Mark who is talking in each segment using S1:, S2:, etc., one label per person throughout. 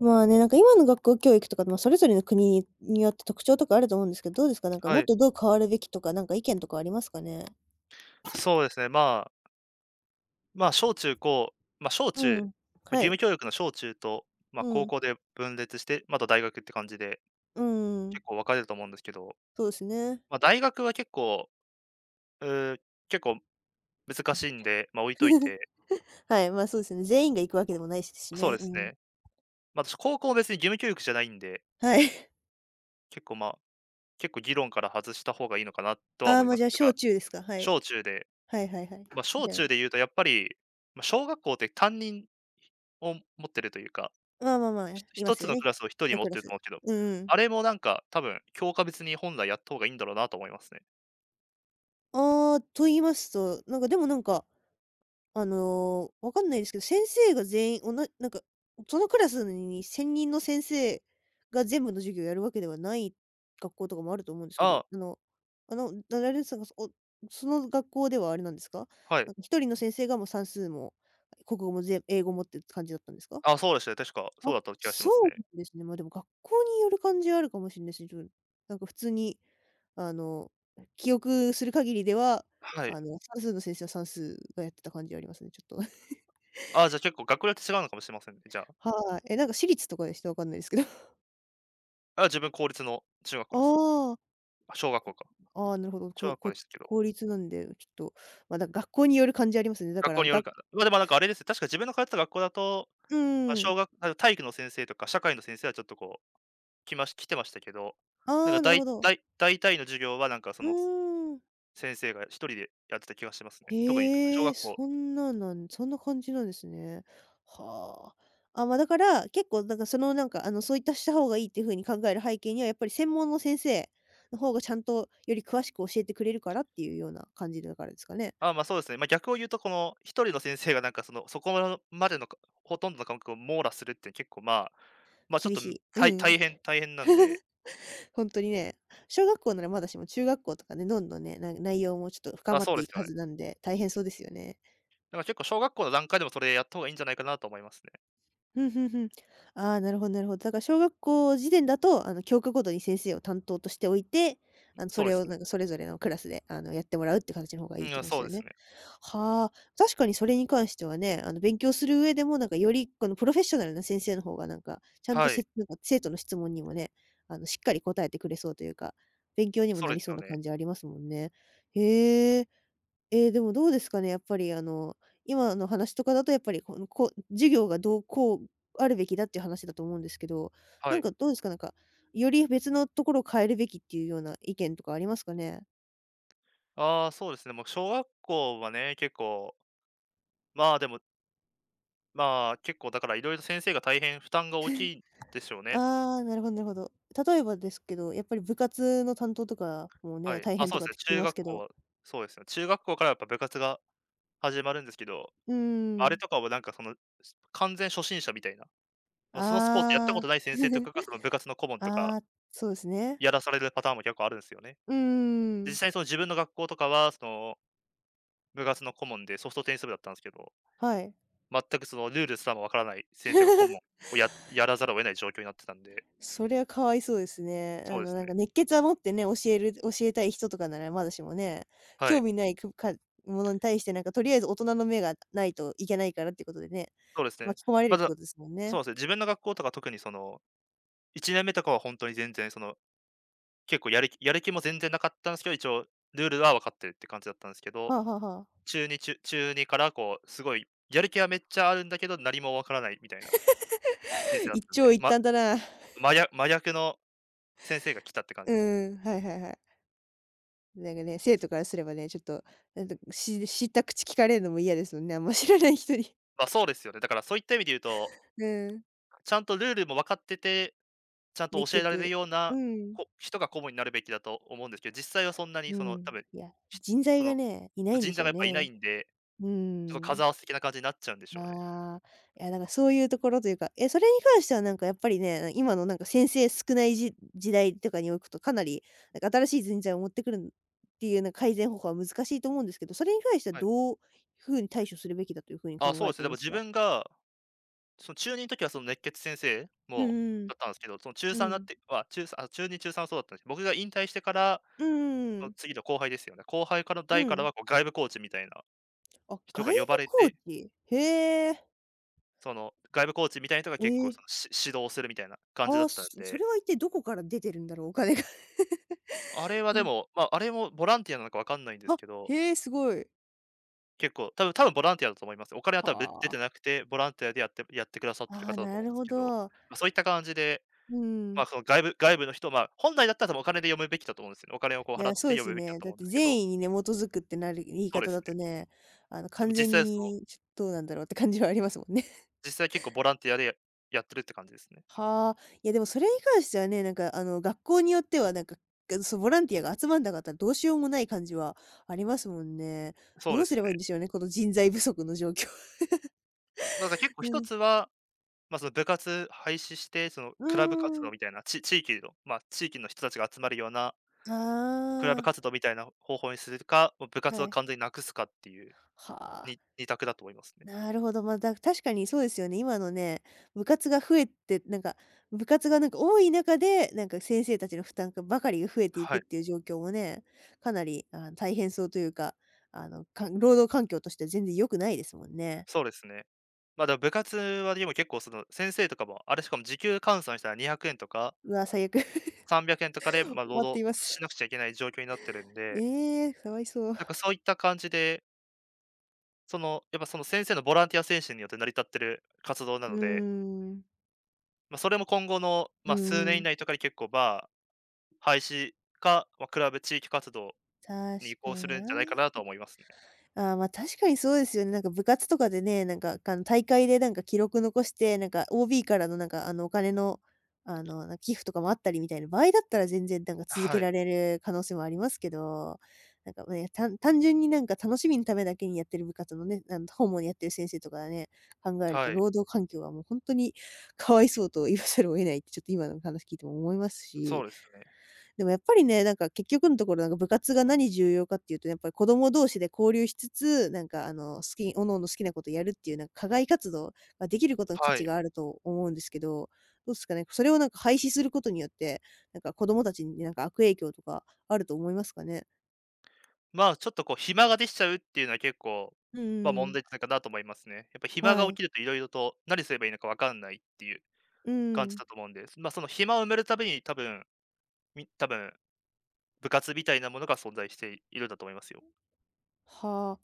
S1: まあね、なんか今の学校教育とかでもそれぞれの国によって特徴とかあると思うんですけど、どうですか？なんか
S2: は
S1: もっ
S2: い、
S1: とどう変わるべきとか、なんか意見とかありますかね？
S2: そうですね。まあ、小中高、まあ、小
S1: う
S2: 中、
S1: ん。
S2: ま、
S1: は
S2: 義
S1: い。
S2: 務教育の小中と、まあ、
S1: う
S2: 高
S1: ん。
S2: 校で分裂して、また大学って感じで、
S1: うん。
S2: 結構分かれると思うんですけど、
S1: そうですね。
S2: まあ、大学はうー、結構難しいんで、まあ、置いといて、
S1: はい、まあ、そうですね。全員が行くわけでもないしですし
S2: そう
S1: ね。
S2: で
S1: う
S2: す
S1: ん。
S2: ね。まあ、私高校は別に義務教育じゃないんで、
S1: はい。
S2: 結構、まあ、結構議論から外した方がいいのかな とは
S1: ああ、
S2: 思い
S1: ま、あ
S2: ま
S1: じゃ
S2: す。
S1: あ
S2: だか
S1: 小
S2: ら、
S1: 中ですか？はい。
S2: 小中で、
S1: はいはいはい。
S2: まあ、小
S1: じゃあ、
S2: 中で言うとやっぱり、まあ、小学校って担任を持ってるというか
S1: まあまあまあ、
S2: ひ
S1: いま
S2: 一
S1: す
S2: つ
S1: よ
S2: のク
S1: ね。
S2: ラスを一人持ってると
S1: 1
S2: 思うけど、
S1: クラス。うんうん。
S2: あれもなんか、多分、教科別に本来やった方がいいんだろうなと思いますね。
S1: ああ、と言いますと、なんかでもなんかわかんないですけど、先生が全員おななんか、そのクラスに専人の先生が全部の授業をやるわけではない学校とかもあると思うんですけど、
S2: ああ、
S1: あの、なられさんが、その学校ではあれなんですか？
S2: は
S1: な
S2: い。
S1: んか一人の先生がもう算数も国語も全英語もって感じだったんですか？
S2: あ、そうでしたね、確かそ
S1: あ、
S2: うだった気がし
S1: そ
S2: ま
S1: う
S2: すね。
S1: なんですね。ま、あでも学校による感じはあるかもしんないですね。なんか普通にあの、記憶する限りでは、
S2: はい。
S1: あの、算数の先生は算数がやってた感じありますね、ちょっと。
S2: ああ、じゃあ結構学年って違うのかもしれませんね、じゃあ。
S1: はい。え、なんか私立とかでした？わかんないですけど。
S2: あ、自分公立の中学校
S1: あ
S2: ですね。
S1: あ、
S2: あ、小学校か。
S1: ああ、なるほど。
S2: 小
S1: こ
S2: 学校
S1: こ
S2: でしたけど、
S1: 公立なんで、ちょっと、ま、だ学校による感じありますね。だか
S2: 学校
S1: ら、
S2: による
S1: が
S2: から。ま、でもなんかあれですね、確か自分の通ってた学校だと、
S1: う
S2: あ、
S1: ーん。
S2: 小学あの、体育の先生とか社会の先生はちょっとこう、来てましたけど、なん
S1: あ
S2: か
S1: あ、な
S2: だ
S1: るほ
S2: い
S1: ど。
S2: だい大体の授業はなんかそ
S1: う
S2: の、
S1: ーん。
S2: 先生が一人でやってた気がしますね。特に小
S1: へえ、
S2: 学校。
S1: そんな感じなんですね。はあ。あ、ま、だから、結構だからそのなんか、あの、そういったした方がいいっていう風に考える背景には、やっぱり専門の先生の方がちゃんとより詳しく教えてくれるからっていうような感じだからですかね。
S2: そうですね。まあ、逆を言うと、この一人の先生がなんかその、そこまでのかほとんどの科目を網羅するって結構、まあ、ちょっ
S1: 厳
S2: と、
S1: しい。う
S2: 大
S1: ん。
S2: 大変大変なんで、
S1: ほんとにね、小学校ならまだしも中学校とかね、どんどんね、内容もちょっと深
S2: あ、
S1: まっ
S2: そう
S1: て
S2: で
S1: い
S2: す
S1: く
S2: よ
S1: は
S2: ね。
S1: ずなんで、大変そうですよね。
S2: だから結構小学校の段階でもそれやった方がいいんじゃないかなと思いますね。
S1: ふんふんふん。ああ、なるほど。だから小学校時点だと、あの、教科ごとに先生を担当としておいて、あの、そ
S2: そうで
S1: れ
S2: す
S1: を
S2: ね。
S1: なんかそれぞれのクラスで、あの、やってもらうって形の方がいい
S2: う
S1: って
S2: ん、
S1: ことで
S2: そ
S1: す
S2: う
S1: よ
S2: です
S1: ね。
S2: ね。
S1: はあ、確かにそれに関してはね、あの、勉強する上でもなんかよりこのプロフェッショナルな先生の方がなんか、ちゃんと
S2: は
S1: せ
S2: い。
S1: なんか生徒の質問にもね、あの、しっかり答えてくれそうというか、勉強にも
S2: そう
S1: な
S2: で
S1: り
S2: す
S1: そう
S2: よ
S1: な
S2: ね。
S1: 感じありますもんね。へえ。ええ、でもどうですかね、やっぱりあの、今の話とかだとやっぱり、この、こう授業がどうこうあるべきだっていう話だと思うんですけど、な
S2: は
S1: ん
S2: い。
S1: かどうですか、なんか、より別のところを変えるべきっていうような意見とかありますかね？
S2: ああ、そうですね。もう小学校はね、結構、まあ、でも、まあ、結構だからいろいろ先生が大変負担が大きいでしょうね。
S1: ああー、なるほど。例えばですけど、やっぱり部活の担当とかも
S2: は
S1: ね、
S2: い。
S1: 大
S2: あ、
S1: 変
S2: そ
S1: と
S2: うで
S1: かっ
S2: すね、
S1: て聞き
S2: 中
S1: ます
S2: 学
S1: け
S2: 校
S1: ど。
S2: はそうですね。中学校からやっぱ部活が始まるんですけど、
S1: うー
S2: あれ
S1: ん。
S2: とかはなんかその、完全初心者みたいな、ま、そのスポーツやったこ
S1: あ
S2: と
S1: あ。
S2: ない先生とかが、その部活の顧問とか
S1: ああ、そうですね。
S2: やらされるパターンも結構あるんすよね。
S1: うー
S2: 実
S1: ん。
S2: 際その自分の学校とかは、その、部活の顧問でソフトテニス部だったんすけど、
S1: はい。
S2: 全くそのルールすらもわからない先生が顧問 をやらざるを得ない状況になってたんで、
S1: そりゃかわいそうですね。
S2: そ
S1: あ
S2: うで
S1: の、
S2: す
S1: なん
S2: ね。
S1: か熱血は持ってね、教えたい人とかならまだしもね、
S2: は
S1: 興
S2: い、
S1: 味ないくかものに対して、なんかとりあえず大人の目がないといけないからってことでね、
S2: そうですね。
S1: 巻き込まれるっ
S2: ま
S1: て
S2: ず、
S1: ことですもん
S2: そう
S1: ね。
S2: ですね、自分の学校とか特にその、1年目とかはほんとに全然その、結構やる気も全然なかったんすけど、一応ルールは分かってるって感じだったんすけど、
S1: はあはあはあ。
S2: 中2、ちゅ中にからこう、すごいやる気はめっちゃあるんだけど、何もわからないみたいな先生 だっ
S1: 一
S2: たんで、
S1: 長一
S2: ま
S1: 短だな。
S2: まや真逆の先生が来たって感
S1: う
S2: じです。
S1: ん、はいはいはい。なんかね、生徒からすればね、ちょっと、なんと、し知った口聞かれるのも嫌ですもんね、あんま知らない人に。
S2: ま、そうですよね。だからそういった意味で言うと、
S1: うん、
S2: ちゃんとルールも分かってて、ちゃんと
S1: 熱
S2: 教えられる
S1: 血。
S2: よう
S1: う
S2: な、
S1: ん、
S2: 人が顧問になるべきだと思うんですけど、実際はそんなに
S1: う
S2: その多
S1: ん。
S2: 分、
S1: いや、
S2: ひ
S1: 人
S2: そ
S1: 材が
S2: の
S1: ね、いないんで
S2: 人
S1: し
S2: 材が
S1: ょう
S2: やっぱいな
S1: ね。
S2: いんで、
S1: うー
S2: ちょっと
S1: ん。
S2: 数合わせ的な感じになっちゃうんでしょうね。
S1: ああ、いや、なんかそういうところというか、え、それに関してはなんかやっぱりね、今のなんか先生少ない時代とかに置くとかなり、なんか新しい人材を持ってくるっていうなんか改善方法は難しいと思うんですけど、それに関しては
S2: はい。
S1: どういうふうに対処するべきだというふうに
S2: あ、
S1: 考
S2: そう
S1: え
S2: です
S1: てい
S2: ね。で
S1: ま
S2: も
S1: す
S2: 自
S1: か？
S2: 分がその中2の時はその熱血先生
S1: う
S2: も
S1: ん
S2: だったんですけど、その中
S1: うん。う
S2: 3なっ
S1: ん。
S2: ては、中ゅあ、中2、中3はそうだったんですけど。僕が引退してから、
S1: うんうんう
S2: その
S1: ん。
S2: 次の後輩ですよね。後輩からの
S1: うん
S2: 代
S1: う
S2: から
S1: ん
S2: はこう外部コーチみたいな
S1: あ、
S2: 人
S1: 外
S2: が
S1: 部
S2: 呼ばれ
S1: コー
S2: て、
S1: チ。へえ。
S2: その外部コーチみたいな人が
S1: え
S2: 結構
S1: ー
S2: その、指導するみたいな
S1: あ
S2: 感じだ
S1: ー
S2: ったん
S1: それ
S2: で、
S1: は一体どこから出てるんだろう、お金が。
S2: あれはでも、まあ、あれもボランティアなのかわかんないん です
S1: あ、
S2: けど、
S1: へえ、すごい。
S2: 結構多分ボランティアだと思います。お金は
S1: は
S2: 多分出てな
S1: あ。
S2: くて、ボランティアでやってくださってる
S1: ああ、
S2: 方だと
S1: な
S2: 思うん
S1: る
S2: です
S1: ほ
S2: けど、
S1: ど。
S2: まあ、そういった感じで、
S1: う
S2: まあ、
S1: ん。
S2: その外部の人、まあ、本来だったら多分お金で読むべきだと思うんですよね。お金をこう
S1: い
S2: 払
S1: や、
S2: っ
S1: そう
S2: て
S1: で
S2: 読
S1: す
S2: むべきだ
S1: ね。
S2: と
S1: だ
S2: 思
S1: っ
S2: うん
S1: て
S2: ですけど、
S1: 善意にね、基づくってなる言い
S2: そうで
S1: 方
S2: す
S1: だと
S2: ね。
S1: ね、あの、
S2: でも
S1: 完
S2: 実
S1: 全
S2: 際その、
S1: にちょっとどうなんだろうって感じはありますもんね。
S2: 実際結構ボランティアでやってるって感じですね。
S1: はあ。いや、でもそれに関してはね、なんか、あの、学校によってはなんか、がそう、ボランティアが集まんなかったらどうしようもない感じはありますもんね。
S2: そう
S1: ど
S2: で
S1: うす
S2: す
S1: ればいい
S2: ね。
S1: んでしょうね、この人材不足の状況。
S2: まあ、だから結構一つ は、まあ、その部活廃止して、その
S1: う
S2: クラブ
S1: ん。
S2: 活
S1: うー
S2: 動みた
S1: ん。
S2: いな、地域の、まあ、地域の人たちが集まるような
S1: あ
S2: クラブ活動みたいな方法にするか、もう部
S1: あ、
S2: 活
S1: は
S2: を
S1: い。
S2: 完全になくすかっていう、
S1: はあ。
S2: 二択だと思いますね。
S1: なるほど。まあ、だ確かにそうですよね。今のね、部活が増えて、なんか、部活がなんか多い中で、なんか先生たちの負担ばかりが増えていく
S2: は
S1: っ
S2: い、
S1: ていう状況もね、かなり、あ、大変そうというか、あの、労働環境としては全然良くないですもんね。
S2: そうですね。まあ、部活はでも結構その先生とかも、あれしかも時給換算したら200円とか
S1: うわ、最悪。
S2: 300円とかで、
S1: 終
S2: まあ、労
S1: わって
S2: 働
S1: いま
S2: し
S1: す。
S2: なくちゃいけない状況になってるんで、
S1: ええー、かわいそう。
S2: なんかそういった感じで、その、やっぱその先生のボランティア精神によって成り立ってる活動な
S1: うー
S2: ので、
S1: ん。
S2: まあ、それも今後の、
S1: う
S2: まあ、数
S1: ん
S2: 年以
S1: ん。
S2: 内とかに結構、まあ、廃止か、まあ、クラブ地域活動
S1: 確
S2: に移
S1: か
S2: 行す
S1: に
S2: るん
S1: な。
S2: じゃないかなとは思いますね。
S1: ああ、ま、確かにそうですよね。なんか部活とかでね、なんか、大会でなんか記録残して、なんか OB からのなんか、あの、お金の、あの、なんか寄付とかもあったりみたいな場合だったら全然なんか続け
S2: は
S1: ら
S2: い、
S1: れる可能性もありますけど、なんかね、単純になんか楽しみのためだけにやってる部活のね、あの、顧問やってる先生とかね、考えると
S2: はい、
S1: 労働環境はもう本当にかわいそうと言わざるを得ないってちょっと今の話聞いても思います
S2: そ
S1: し、
S2: うですね。
S1: でもやっぱりね、なんか結局のところなんか部活が何重要かっていうと、やっぱり子供同士で交流しつつ、なんかあの、各々好きなことやるっていうなんか課外活動ができることの価
S2: は
S1: 値
S2: い。
S1: があると思うんですけど、どうですかね、それをなんか廃止することによって、なんか子供たちになんか悪影響とかあると思いますかね？
S2: まあ、ちょっとこう暇ができちゃうっていうのは結構、
S1: う
S2: まあ、問
S1: ん
S2: 題じゃないかなと思いますね。やっぱ暇
S1: は
S2: が起
S1: い。
S2: きると色々と何すればいいのか分かんないっていう
S1: う
S2: 感じ
S1: ん。
S2: だと思うんです、まあ、その暇を埋めるために多分、部活みたいなものが存在しているんだと思いますよ。
S1: は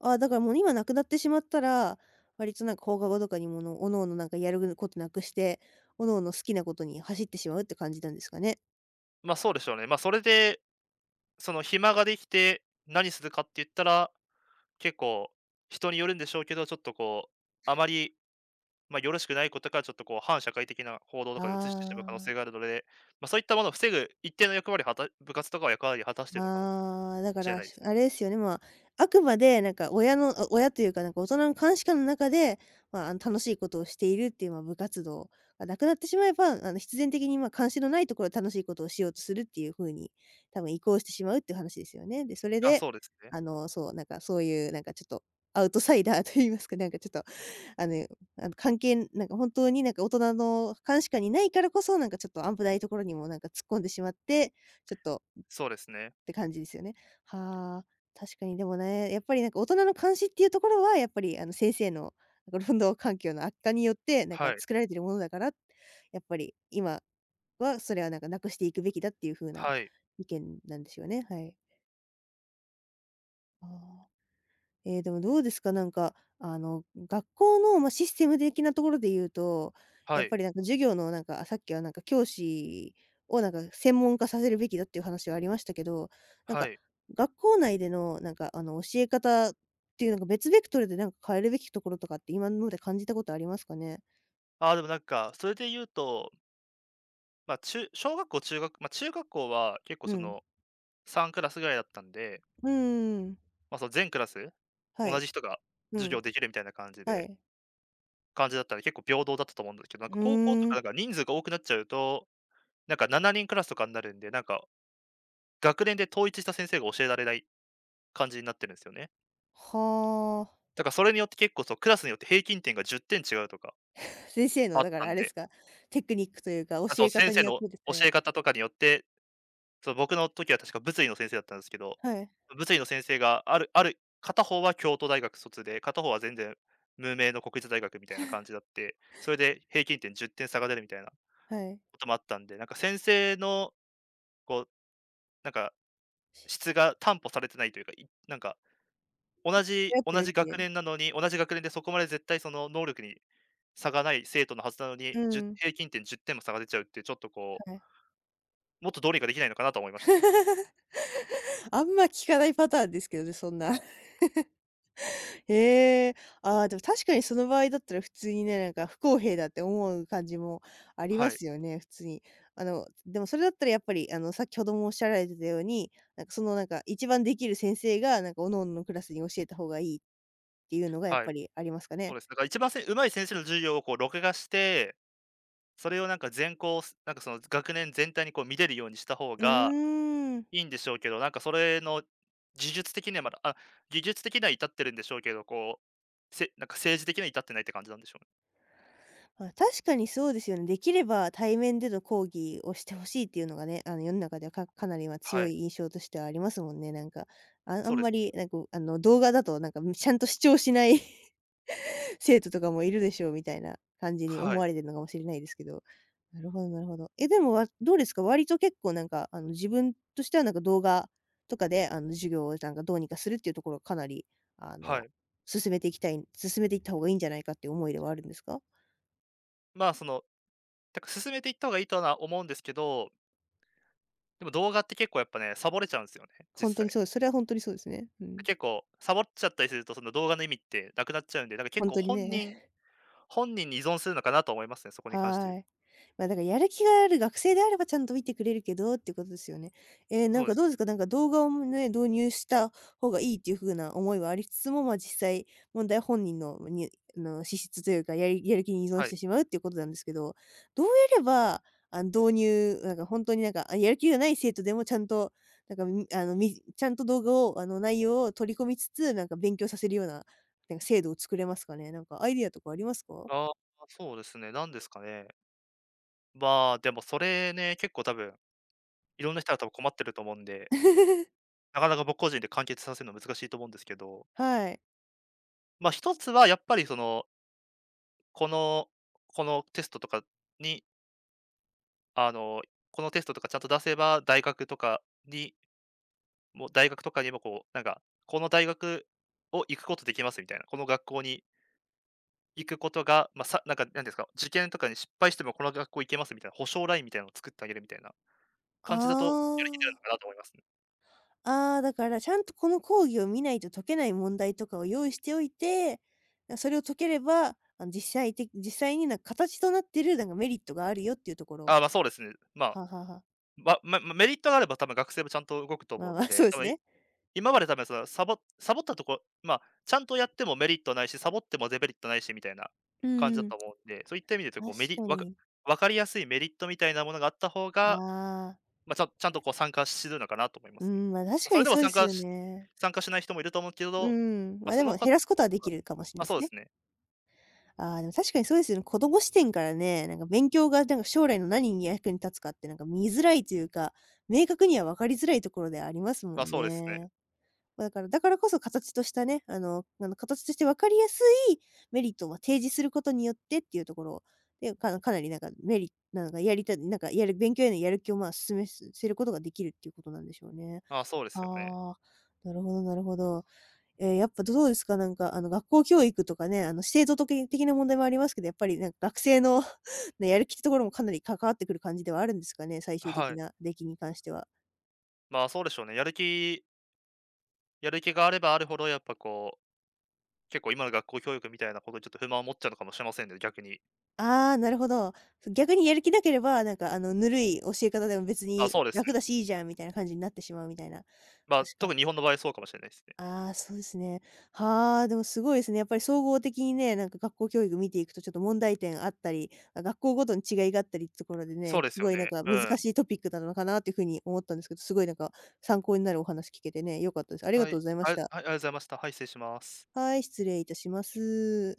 S1: あ。あ、だからもう今なくなってしまったら、割となんか放課後とかにもの各々なんかやることなくして、各々好きなことに走ってしまうって感じなんですかね？
S2: ま、あそうでしょうね。ま、それで、その暇ができて、何するかって言ったら、結構人によるんでしょうけど、ちょっとこう、あまり、まあ、よろしくないことからちょっとこう、反社会的な行動とかに移してしまう可能
S1: あ
S2: 性があ
S1: あ、
S2: るので、ま、そういったものを防ぐ一定の役割を部活とかは役割を果たしているのかも
S1: ああ、だか
S2: しれ
S1: ら、
S2: ないで
S1: し
S2: す。
S1: あれですよね、まあ、あくまでなんか親のあ親というか、なんか大人の監視下の中で、まあ、あの、楽しいことをしているっていう、まあ、部活動がなくなってしまえば、あの、必然的に、まあ、監視のないところで楽しいことをしようとするっていう風に、多分移行してしまうっていう話ですよね。で、それ
S2: あ、
S1: で、
S2: そうですね。
S1: そう、なんかそういう、なんかちょっとアウトサイダーと言いますか、なんかちょっと、あの関係なんか本当になんか大人の監視下にないからこそ、なんかちょっと危ないところにもなんか突っ込んでしまって、ちょっと
S2: そうですね。
S1: って感じですよね。はあ、確かにでもね、やっぱりなんか大人の監視っていうところはやっぱり先生のなんか労働環境の悪化によってなんか
S2: はい、
S1: 作られてるものだから、やっぱり今はそれはなんかなくしていくべきだっていう風な
S2: はい、
S1: 意見なんですよね。はい。ああ。ええ、でもどうですか？なんか、学校の、まあ、システム的なところで言うと、や
S2: は
S1: っ
S2: い、
S1: ぱりなんか授業のなんか、あさっきはなんか教師をなんか専門化させるべきだっていう話はありましたけど、なん
S2: は
S1: か
S2: い。
S1: 学校内でのなんか、教え方っていうなんか別ベクトルでなんか変えるべきところとかって今まで感じたことありますかね？
S2: ああ、でもなんか、それで言うと、ま、あ中小学校、中学ま、中学校は結構
S1: う
S2: そ
S1: ん。
S2: の3クラスぐらいだったんで、
S1: うーん。
S2: まあ、その全クラス、
S1: は
S2: 同
S1: い。
S2: じ人が
S1: う
S2: 授業
S1: ん。
S2: できるみたいな感じ
S1: ん。は
S2: で
S1: い。
S2: 感じだったら結構平等だったと思うんですけど、なん
S1: う
S2: か高校と
S1: ー
S2: か
S1: ん。
S2: なんか人数が多くなっちゃうと、なんか7人クラスとかになるんで、なんか学年で統一した先生が教えられない感じになってるんですよね。
S1: はあ。
S2: だからそれによって結構クラスによって平均点が10点違うとか
S1: 先生の
S2: あっ
S1: だか
S2: た
S1: らあ
S2: ん
S1: れです
S2: で、
S1: か、テクニックというか教
S2: あ、そう、
S1: え
S2: 先
S1: 方に
S2: 生
S1: よっ
S2: の
S1: てですか
S2: 教え
S1: ね。
S2: 方とかによって、そう、僕の時は確か物理の先生だったんですけど、
S1: はい。
S2: 物理の先生があるある片方は京都大学卒で、片方は全然無名の国立大学みたいな感じだって、それで平均点10点差が出るみたいな
S1: はい。
S2: こともあったんで、なんか先生のこう、なんか
S1: し
S2: 質が担保されてないというか、なんか同
S1: 流
S2: じ
S1: 行ってる
S2: 同
S1: っ
S2: じ
S1: てい
S2: 学
S1: う。
S2: 年なのに、同じ学年でそこまで絶対その能力に差がない生徒のはずなの
S1: う
S2: に、じゅう
S1: ん、
S2: 平均点10点も差が出ちゃうって、ちょっとこ
S1: は
S2: う、
S1: い。
S2: もっとどうにかできないのかなと思いましたね。
S1: あんま聞かないパターンですけどね、そんな。へえ、ああ、でも確かにその場合だったら普通にね、なんか不公平だって思う感じもありま
S2: はい、
S1: すよね、普通に。でもそれだったらやっぱり、先ほどもおっしゃられてたように、なんかその、なんか一番できる先生が、なんか各々のクラスに教えた方がいいっていうのがやっ
S2: はい。
S1: ぱりありますか
S2: そ
S1: ね？
S2: うです。だから一番上手い先生の授業をこう録画して、それをなんか全校すなんかその学年全体にこう見れるようにした方
S1: う
S2: が
S1: ーん。
S2: いいんでしょうけど、なんかそれの技術的にはまだ、あ、技術的には至ってるんでしょうけど、こう、なんか政治的には至ってないって感じなんでしょうね。
S1: まあ、確かにそうですよね。できれば対面での講義をしてほしいっていうのがね、世の中ではかかなり、ま、
S2: は
S1: 強
S2: い。
S1: い印象としてはありますもんね。なんか、ああ
S2: そう
S1: ん
S2: で
S1: ま
S2: す。
S1: り、なんか、動画だと、なんか、ちゃんと視聴しない 生徒とかもいるでしょうみたいな感じに思
S2: はい。
S1: われてるのかもしれないですけど。なるほどなるほど。え、でも、わどうですか？割と結構、なんか、自分としては、なんか、動画とかで、授業を、なんか、どうにかするっていうところ、かなり、あ
S2: は
S1: の、
S2: い。
S1: 進めていきたい進めていった方がいいんじゃないかっていう思いではあるんですか？
S2: まあ、その、だから進めていった方がいいとは思うんですけど、でも動画って結構やっぱね、サボれちゃうんですよね、
S1: ほん
S2: 実
S1: とに
S2: 際。
S1: そうです。それはほんとにそうですね。うん。
S2: 結構サボっちゃったりすると、その動画の意味ってなくなっちゃうんで、だから
S1: ほ
S2: 結
S1: ん
S2: 構
S1: とに
S2: 本人
S1: ね。
S2: 本人に依存するのかなと思いますね、そこに関して言
S1: は
S2: う。
S1: い。まあ、だからやる気がある学生であればちゃんと見てくれるけどっていうことですよね。えーな
S2: そ
S1: ん
S2: うで
S1: か
S2: す。
S1: どうですか？なんか動画をね、導入した方がいいっていう風な思いはありつつも、ま、実際問題本人のに資質というか、やる気に依存
S2: は
S1: し
S2: い。
S1: てしまうっていうことなんですけど、どうやれば、導入なんか本当になんか、あ、やる気がない生徒でもちゃんと、なんか、みあの、みちゃんと動画を、内容を取り込みつつ、なんか勉強させるような、なんか制度を作れますかね？なんかアイディアとかありますか？
S2: ああ、そうですね、なんですかね。まあ、でもそれね、結構多分、いろんな人が多分困ってると思うんで、なかなか僕個人で完結させるの難しいと思うんですけど、
S1: はい。
S2: まあ、一つはやっぱりその、このこのテストとかに、あの、このテストとかちゃんと出せば、大学とかに、もう大学とかにもこう、なんか、この大学を行くことできますみたいな、この学校に行くことが、まあ、なんか、なんですか、受験とかに失敗してもこの学校行けますみたいな保証ラインみたいなのを作ってあげるみたいな
S1: あ
S2: 感じだと、やりきれるのかなと思いますね。
S1: あ、ああ、だからちゃんとこの講義を見ないと解けない問題とかを用意しておいて、なそれを解ければ、実際的実際になんか形となってるなんかメリットがあるよっていうところ。
S2: ああ、ま、そうですね。まあ、
S1: はあはあはあ。
S2: メリットがあれば多分学生もちゃんと動くと
S1: ま
S2: 思
S1: あ
S2: う
S1: ま
S2: の
S1: あ、そう
S2: で、
S1: で
S2: 多
S1: す
S2: 分い
S1: ね。
S2: 今まで多分そのサボったところ、まあ、ちゃんとやってもメリットないし、サボってもデメリットないしみたいな
S1: う
S2: 感じだ
S1: ん
S2: と思うんで、そういった意味で言うと、
S1: 確
S2: こうメ
S1: か
S2: リわか
S1: に。
S2: 分かりやすいメリットみたいなものがあった方が、
S1: ああ、
S2: まあ、ちゃんとこう参加するのかなと思いま
S1: う
S2: すね。
S1: ん、ま、あ確
S2: まあ、
S1: か
S2: それ
S1: に
S2: でも
S1: そうで
S2: 参
S1: す
S2: 加
S1: よ
S2: し
S1: ね。
S2: 参加しない人もいると思うけど、
S1: うん、ま、
S2: まあ、
S1: あで
S2: その
S1: も
S2: 方
S1: 減
S2: と
S1: らすことはでき
S2: か、
S1: るかもしれな
S2: ま
S1: いで
S2: そ
S1: す
S2: うで
S1: ね。
S2: すね。
S1: ああ、でも確かにそうですよね。子供視点からね、なんか勉強がなんか将来の何に役に立つかってなんか見づらいというか、明確には分かりづらいところではありますも
S2: まあ、
S1: ん
S2: そうですね。
S1: ね。まだからだからこそ形としたね、あの形として分かりやすいメリットをまあ提示することによってっていうところで、かかなりなんかメリットなんかやりたいなんかやる勉強へのやる気をまあ、示すせることができるっていうことなんでしょうね。
S2: まあ、そうですよね。
S1: ああ、なるほどなるほど。ええ、やっぱどうですか？なんか、学校教育とかね、指定都道府県的な問題もありますけど、やっぱりなんか学生の ね、やる気ってところもかなり関わってくる感じではあるんですかね？最終的
S2: はい。
S1: な出来に関しては。
S2: まあ、そうでしょうね。やる気があればあるほどやっぱこう、結構今の学校教育みたいなことにちょっと不満を持っちゃうのかもしれませんね、逆に。
S1: ああ、なるほど。逆にやる気なければ、なんか、ぬるい教え方でも別
S2: まあ、
S1: に
S2: そうです
S1: 楽だ
S2: ね。
S1: しいいじゃんみたいな感じになってしまうみたいな。
S2: まあ、
S1: 確か。
S2: 特に日本の場合そうかもしれないですね。
S1: ああ、そうですね。はあ、でもすごいですね。やっぱり総合的にね、なんか学校教育見ていくとちょっと問題点あったり、あ、学校ごとに違いがあったりってところで
S2: そう
S1: ね、
S2: で
S1: す
S2: すよ
S1: ごいなん
S2: ね。
S1: か
S2: う
S1: 難
S2: ん。
S1: しいトピックなのかなっていう風に思ったんですけど、すごいなんか参考になるお話聞けてね、良かったです。ありが
S2: は
S1: とうご
S2: い。
S1: ざいまし
S2: あり、
S1: た。
S2: ありがとうございました。はい、失礼します。
S1: はい、失礼いたします。